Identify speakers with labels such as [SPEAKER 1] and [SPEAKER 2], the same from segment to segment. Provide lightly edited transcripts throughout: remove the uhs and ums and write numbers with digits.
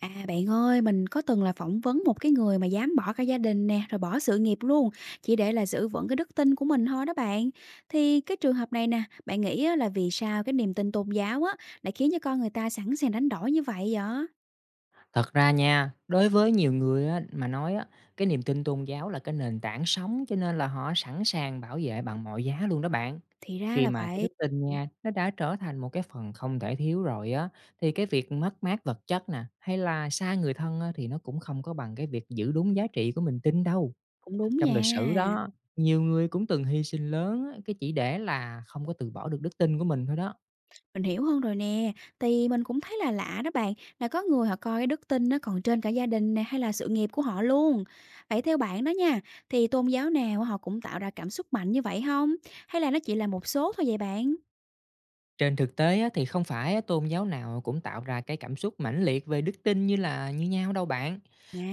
[SPEAKER 1] À, bạn ơi, mình có từng là phỏng vấn một cái người mà dám bỏ cả gia đình nè, rồi bỏ sự nghiệp luôn, chỉ để là giữ vững cái đức tin của mình thôi đó bạn. Thì cái trường hợp này nè, bạn nghĩ á, là vì sao cái niềm tin tôn giáo á lại khiến cho con người ta sẵn sàng đánh đổi như vậy vậy?
[SPEAKER 2] Thật ra nha, đối với nhiều người á, mà nói á, cái niềm tin tôn giáo là cái nền tảng sống, cho nên là họ sẵn sàng bảo vệ bằng mọi giá luôn đó bạn.
[SPEAKER 1] Thì ra
[SPEAKER 2] Khi
[SPEAKER 1] là
[SPEAKER 2] mà cái
[SPEAKER 1] vậy.
[SPEAKER 2] đức tin
[SPEAKER 1] Ừ,
[SPEAKER 2] nha, nó đã trở thành một cái phần không thể thiếu rồi á, thì cái việc mất mát vật chất nè, hay là xa người thân á, thì nó cũng không có bằng cái việc giữ đúng giá trị của mình tin đâu.
[SPEAKER 1] cũng đúng
[SPEAKER 2] Trong lịch sử
[SPEAKER 1] nha.
[SPEAKER 2] đó, nhiều người cũng từng hy sinh lớn á, cái chỉ để là không có từ bỏ được đức tin của mình thôi đó.
[SPEAKER 1] Mình hiểu hơn rồi nè, thì mình cũng thấy là lạ đó bạn, là có người họ coi cái đức tin nó còn trên cả gia đình nè hay là sự nghiệp của họ luôn. Vậy theo bạn đó nha, thì tôn giáo nào họ cũng tạo ra cảm xúc mạnh như vậy không? Hay là nó chỉ là một số thôi vậy bạn?
[SPEAKER 2] Trên thực tế á, thì không phải á, tôn giáo nào cũng tạo ra cái cảm xúc mãnh liệt về đức tin như là như nhau đâu bạn.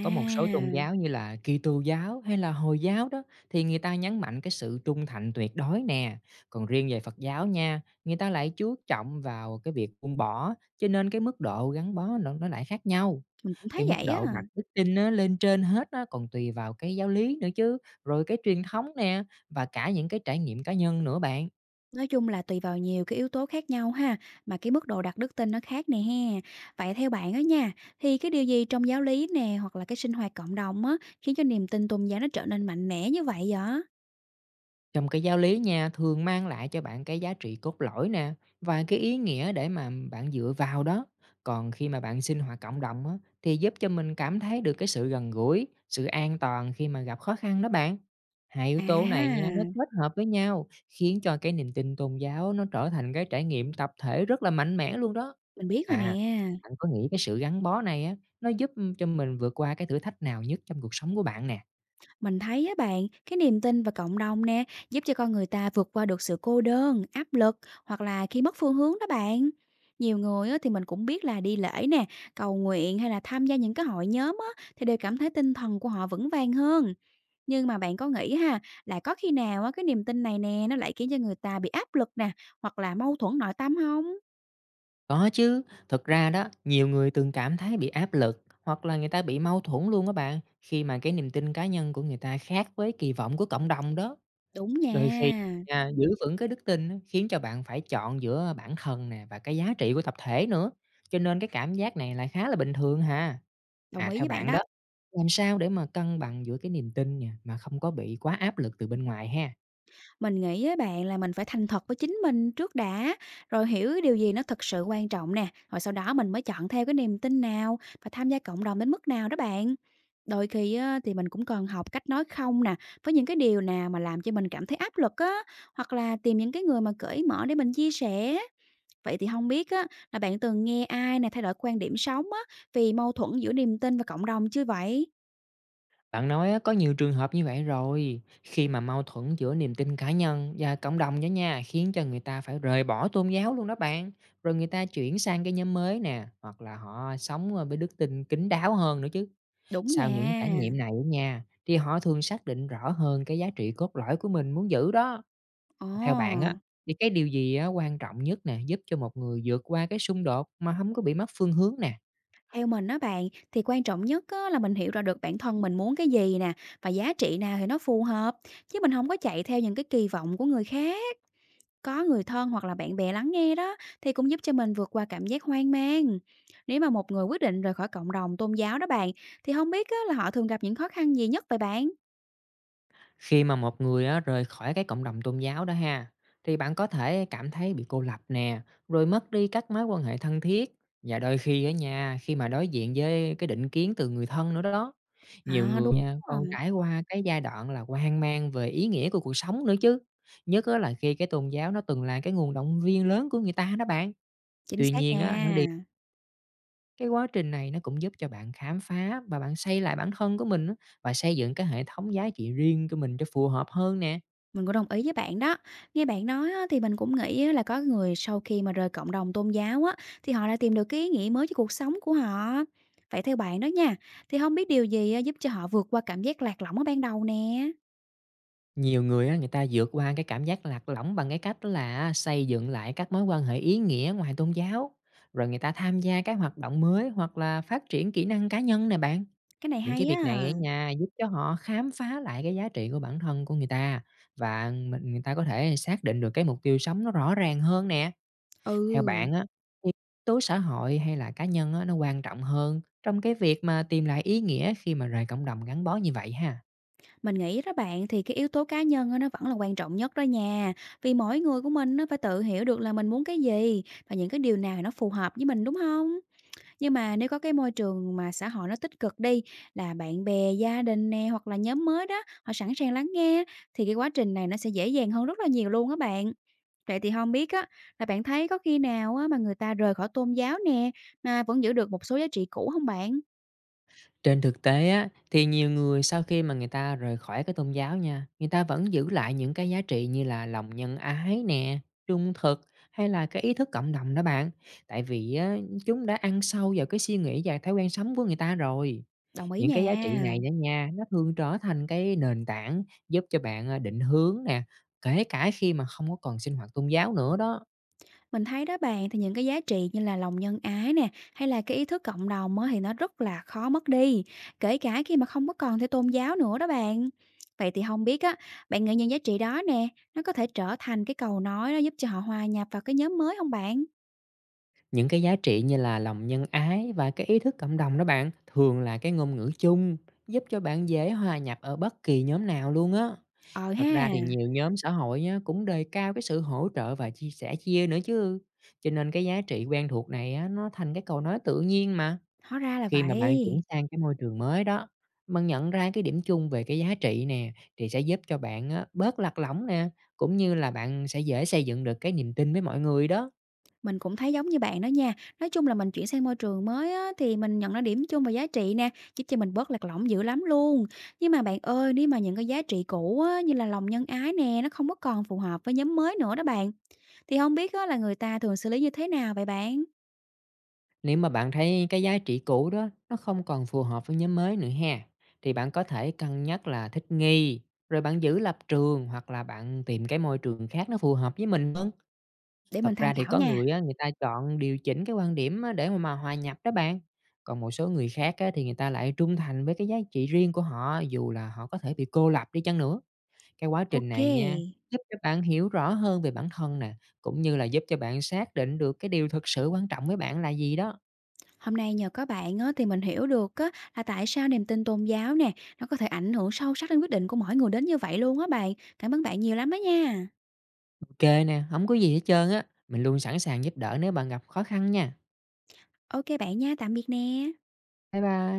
[SPEAKER 2] Có một số tôn giáo như là Kitô giáo hay là Hồi giáo đó thì người ta nhấn mạnh cái sự trung thành tuyệt đối nè. Còn riêng về Phật giáo nha, người ta lại chú trọng vào cái việc buông bỏ, cho nên cái mức độ gắn bó nó lại khác nhau.
[SPEAKER 1] mình cũng
[SPEAKER 2] Cái
[SPEAKER 1] thấy
[SPEAKER 2] mức
[SPEAKER 1] vậy á.
[SPEAKER 2] độ đặt đức tin á, lên trên hết á, còn tùy vào cái giáo lý nữa chứ, rồi cái truyền thống nè và cả những cái trải nghiệm cá nhân nữa bạn.
[SPEAKER 1] Nói chung là tùy vào nhiều cái yếu tố khác nhau ha, mà cái mức độ đặt đức tin nó khác nè ha. Vậy theo bạn á nha, thì cái điều gì trong giáo lý nè hoặc là cái sinh hoạt cộng đồng á, khiến cho niềm tin tôn giáo nó trở nên mạnh mẽ như vậy vậy?
[SPEAKER 2] Trong cái giáo lý nha, thường mang lại cho bạn cái giá trị cốt lõi nè và cái ý nghĩa để mà bạn dựa vào đó. Còn khi mà bạn sinh hoạt cộng đồng á, thì giúp cho mình cảm thấy được cái sự gần gũi, sự an toàn khi mà gặp khó khăn đó bạn. Hai yếu
[SPEAKER 1] À
[SPEAKER 2] tố này
[SPEAKER 1] ha.
[SPEAKER 2] nha, nó kết hợp với nhau khiến cho cái niềm tin tôn giáo nó trở thành cái trải nghiệm tập thể rất là mạnh mẽ luôn đó.
[SPEAKER 1] Mình biết rồi
[SPEAKER 2] À,
[SPEAKER 1] nè,
[SPEAKER 2] bạn có nghĩ cái sự gắn bó này á, nó giúp cho mình vượt qua cái thử thách nào nhất trong cuộc sống của bạn nè?
[SPEAKER 1] mình thấy á bạn, cái niềm tin và cộng đồng nè, giúp cho con người ta vượt qua được sự cô đơn, áp lực hoặc là khi mất phương hướng đó bạn. Nhiều người á, thì mình cũng biết là đi lễ nè, cầu nguyện hay là tham gia những cái hội nhóm á, thì đều cảm thấy tinh thần của họ vững vàng hơn. Nhưng mà bạn có nghĩ ha, là có khi nào á, cái niềm tin này nè, nó lại khiến cho người ta bị áp lực nè, hoặc là mâu thuẫn nội tâm không?
[SPEAKER 2] Có chứ, thật ra đó, nhiều người từng cảm thấy bị áp lực hoặc là người ta bị mâu thuẫn luôn các bạn, khi mà cái niềm tin cá nhân của người ta khác với kỳ vọng của cộng đồng đó.
[SPEAKER 1] Đúng
[SPEAKER 2] Đôi
[SPEAKER 1] nha,
[SPEAKER 2] khi nha, giữ vững cái đức tin á, khiến cho bạn phải chọn giữa bản thân nè và cái giá trị của tập thể nữa, cho nên cái cảm giác này là khá là bình thường ha.
[SPEAKER 1] đồng
[SPEAKER 2] À
[SPEAKER 1] ý
[SPEAKER 2] theo
[SPEAKER 1] với bạn
[SPEAKER 2] bạn
[SPEAKER 1] đó.
[SPEAKER 2] đó, làm sao để mà cân bằng giữa cái niềm tin nha mà không có bị quá áp lực từ bên ngoài ha?
[SPEAKER 1] Mình nghĩ với bạn là mình phải thành thật với chính mình trước đã, rồi hiểu cái điều gì nó thực sự quan trọng nè, rồi sau đó mình mới chọn theo cái niềm tin nào và tham gia cộng đồng đến mức nào đó bạn. Đôi khi á, thì mình cũng cần học cách nói không nè, với những cái điều nào mà làm cho mình cảm thấy áp lực á, hoặc là tìm những cái người mà cởi mở để mình chia sẻ. Vậy thì không biết á, là bạn từng nghe ai nè thay đổi quan điểm sống á, vì mâu thuẫn giữa niềm tin và cộng đồng chưa vậy?
[SPEAKER 2] Bạn nói á, có nhiều trường hợp như vậy rồi, khi mà mâu thuẫn giữa niềm tin cá nhân và cộng đồng đó nha, khiến cho người ta phải rời bỏ tôn giáo luôn đó bạn. Rồi người ta chuyển sang cái nhóm mới nè, hoặc là họ sống với đức tin kín đáo hơn nữa chứ.
[SPEAKER 1] Đúng
[SPEAKER 2] Sau những
[SPEAKER 1] nha.
[SPEAKER 2] trải nghiệm này á nha, thì họ thường xác định rõ hơn cái giá trị cốt lõi của mình muốn giữ đó.
[SPEAKER 1] Ồ.
[SPEAKER 2] Theo bạn á, thì cái điều gì á, quan trọng nhất nè, giúp cho một người vượt qua cái xung đột mà không có bị mất phương hướng nè?
[SPEAKER 1] Theo mình đó bạn, thì quan trọng nhất á là mình hiểu ra được bản thân mình muốn cái gì nè, và giá trị nào thì nó phù hợp, chứ mình không có chạy theo những cái kỳ vọng của người khác. Có người thân hoặc là bạn bè lắng nghe đó, thì cũng giúp cho mình vượt qua cảm giác hoang mang. Nếu mà một người quyết định rời khỏi cộng đồng tôn giáo đó bạn, thì không biết á là họ thường gặp những khó khăn gì nhất vậy bạn?
[SPEAKER 2] Khi mà một người á, rời khỏi cái cộng đồng tôn giáo đó ha, thì bạn có thể cảm thấy bị cô lập nè, rồi mất đi các mối quan hệ thân thiết. Và đôi khi ở nhà, khi mà đối diện với cái định kiến từ người thân nữa đó, nhiều
[SPEAKER 1] À,
[SPEAKER 2] người
[SPEAKER 1] đúng
[SPEAKER 2] nha, còn
[SPEAKER 1] rồi,
[SPEAKER 2] trải qua cái giai đoạn là hoang mang về ý nghĩa của cuộc sống nữa chứ. Nhất á, là khi cái tôn giáo nó từng là cái nguồn động viên lớn của người ta đó bạn.
[SPEAKER 1] chính
[SPEAKER 2] Tuy
[SPEAKER 1] xác
[SPEAKER 2] nhiên á, nó đi
[SPEAKER 1] nha.
[SPEAKER 2] cái quá trình này nó cũng giúp cho bạn khám phá và bạn xây lại bản thân của mình á, và xây dựng cái hệ thống giá trị riêng của mình cho phù hợp hơn nè.
[SPEAKER 1] Mình cũng đồng ý với bạn đó. Nghe bạn nói á, thì mình cũng nghĩ á, là có người sau khi mà rời cộng đồng tôn giáo á, thì họ lại tìm được cái ý nghĩa mới cho cuộc sống của họ. Vậy theo bạn đó nha, thì không biết điều gì á, giúp cho họ vượt qua cảm giác lạc lõng ở ban đầu nè?
[SPEAKER 2] Nhiều người á, người ta vượt qua cái cảm giác lạc lõng bằng cái cách đó là xây dựng lại các mối quan hệ ý nghĩa ngoài tôn giáo, rồi người ta tham gia các hoạt động mới hoặc là phát triển kỹ năng cá nhân nè bạn.
[SPEAKER 1] Cái này
[SPEAKER 2] Những cái
[SPEAKER 1] hay
[SPEAKER 2] việc này ở
[SPEAKER 1] á.
[SPEAKER 2] nhà giúp cho họ khám phá lại cái giá trị của bản thân của người ta và mình người ta có thể xác định được cái mục tiêu sống nó rõ ràng hơn nè. Theo
[SPEAKER 1] Ừ,
[SPEAKER 2] bạn á, thì yếu tố xã hội hay là cá nhân á, nó quan trọng hơn trong cái việc mà tìm lại ý nghĩa khi mà rời cộng đồng gắn bó như vậy ha?
[SPEAKER 1] mình nghĩ đó bạn thì cái yếu tố cá nhân á, nó vẫn là quan trọng nhất đó nha. Vì mỗi người của mình nó phải tự hiểu được là mình muốn cái gì và những cái điều nào nó phù hợp với mình đúng không? Nhưng mà nếu có cái môi trường mà xã hội nó tích cực đi, là bạn bè, gia đình nè, hoặc là nhóm mới đó, họ sẵn sàng lắng nghe, thì cái quá trình này nó sẽ dễ dàng hơn rất là nhiều luôn á bạn. Vậy thì không biết á, là bạn thấy có khi nào á mà người ta rời khỏi tôn giáo nè, mà vẫn giữ được một số giá trị cũ không bạn?
[SPEAKER 2] Trên thực tế á, thì nhiều người sau khi mà người ta rời khỏi cái tôn giáo nha, người ta vẫn giữ lại những cái giá trị như là lòng nhân ái nè, trung thực hay là cái ý thức cộng đồng đó bạn. Tại vì á, chúng đã ăn sâu vào cái suy nghĩ và thói quen sống của người ta rồi.
[SPEAKER 1] Đồng ý
[SPEAKER 2] Những cái giá trị
[SPEAKER 1] nha.
[SPEAKER 2] này đó nha, nó thường trở thành cái nền tảng giúp cho bạn à, định hướng nè, kể cả khi mà không có còn sinh hoạt tôn giáo nữa đó.
[SPEAKER 1] Mình thấy đó bạn, thì những cái giá trị như là lòng nhân ái nè, hay là cái ý thức cộng đồng á, thì nó rất là khó mất đi, kể cả khi mà không có còn theo tôn giáo nữa đó bạn. Vậy thì không biết á, bạn nghĩ những giá trị đó nè, nó có thể trở thành cái cầu nối đó giúp cho họ hòa nhập vào cái nhóm mới không bạn?
[SPEAKER 2] Những cái giá trị như là lòng nhân ái và cái ý thức cộng đồng đó bạn, thường là cái ngôn ngữ chung, giúp cho bạn dễ hòa nhập ở bất kỳ nhóm nào luôn á.
[SPEAKER 1] Ờ ha,
[SPEAKER 2] Thật ra thì nhiều nhóm xã hội nhá, cũng đề cao cái sự hỗ trợ và chia sẻ nữa chứ. Cho nên cái giá trị quen thuộc này á, nó thành cái câu nói tự nhiên mà.
[SPEAKER 1] hóa ra là
[SPEAKER 2] Khi mà bạn chuyển
[SPEAKER 1] vậy.
[SPEAKER 2] sang cái môi trường mới đó, bạn nhận ra cái điểm chung về cái giá trị nè, thì sẽ giúp cho bạn á, bớt lạc lõng nè, cũng như là bạn sẽ dễ xây dựng được cái niềm tin với mọi người đó.
[SPEAKER 1] Mình cũng thấy giống như bạn đó nha. Nói chung là mình chuyển sang môi trường mới á, thì mình nhận ra điểm chung và giá trị nè, giúp cho mình bớt lạc lõng dữ lắm luôn. Nhưng mà bạn ơi, nếu mà những cái giá trị cũ á, như là lòng nhân ái nè, nó không có còn phù hợp với nhóm mới nữa đó bạn, thì không biết á, là người ta thường xử lý như thế nào vậy bạn?
[SPEAKER 2] Nếu mà bạn thấy cái giá trị cũ đó nó không còn phù hợp với nhóm mới nữa ha, thì bạn có thể cân nhắc là thích nghi, rồi bạn giữ lập trường hoặc là bạn tìm cái môi trường khác nó phù hợp với mình hơn.
[SPEAKER 1] Để mình
[SPEAKER 2] Thật
[SPEAKER 1] tham
[SPEAKER 2] ra thì
[SPEAKER 1] khảo
[SPEAKER 2] có
[SPEAKER 1] nha.
[SPEAKER 2] người á, người ta chọn điều chỉnh cái quan điểm á, để mà hòa nhập đó bạn. Còn một số người khác á, thì người ta lại trung thành với cái giá trị riêng của họ dù là họ có thể bị cô lập đi chăng nữa. Cái quá trình
[SPEAKER 1] Ok.
[SPEAKER 2] này nha, giúp cho bạn hiểu rõ hơn về bản thân nè, cũng như là giúp cho bạn xác định được cái điều thực sự quan trọng với bạn là gì đó.
[SPEAKER 1] Hôm nay nhờ có bạn á, thì mình hiểu được á, là tại sao niềm tin tôn giáo nè, nó có thể ảnh hưởng sâu sắc đến quyết định của mỗi người đến như vậy luôn á bạn. Cảm ơn bạn nhiều lắm đó nha.
[SPEAKER 2] Kê nè, không có gì hết trơn á. Mình luôn sẵn sàng giúp đỡ nếu bạn gặp khó khăn nha.
[SPEAKER 1] Ok bạn nha, tạm biệt nè.
[SPEAKER 2] Bye bye.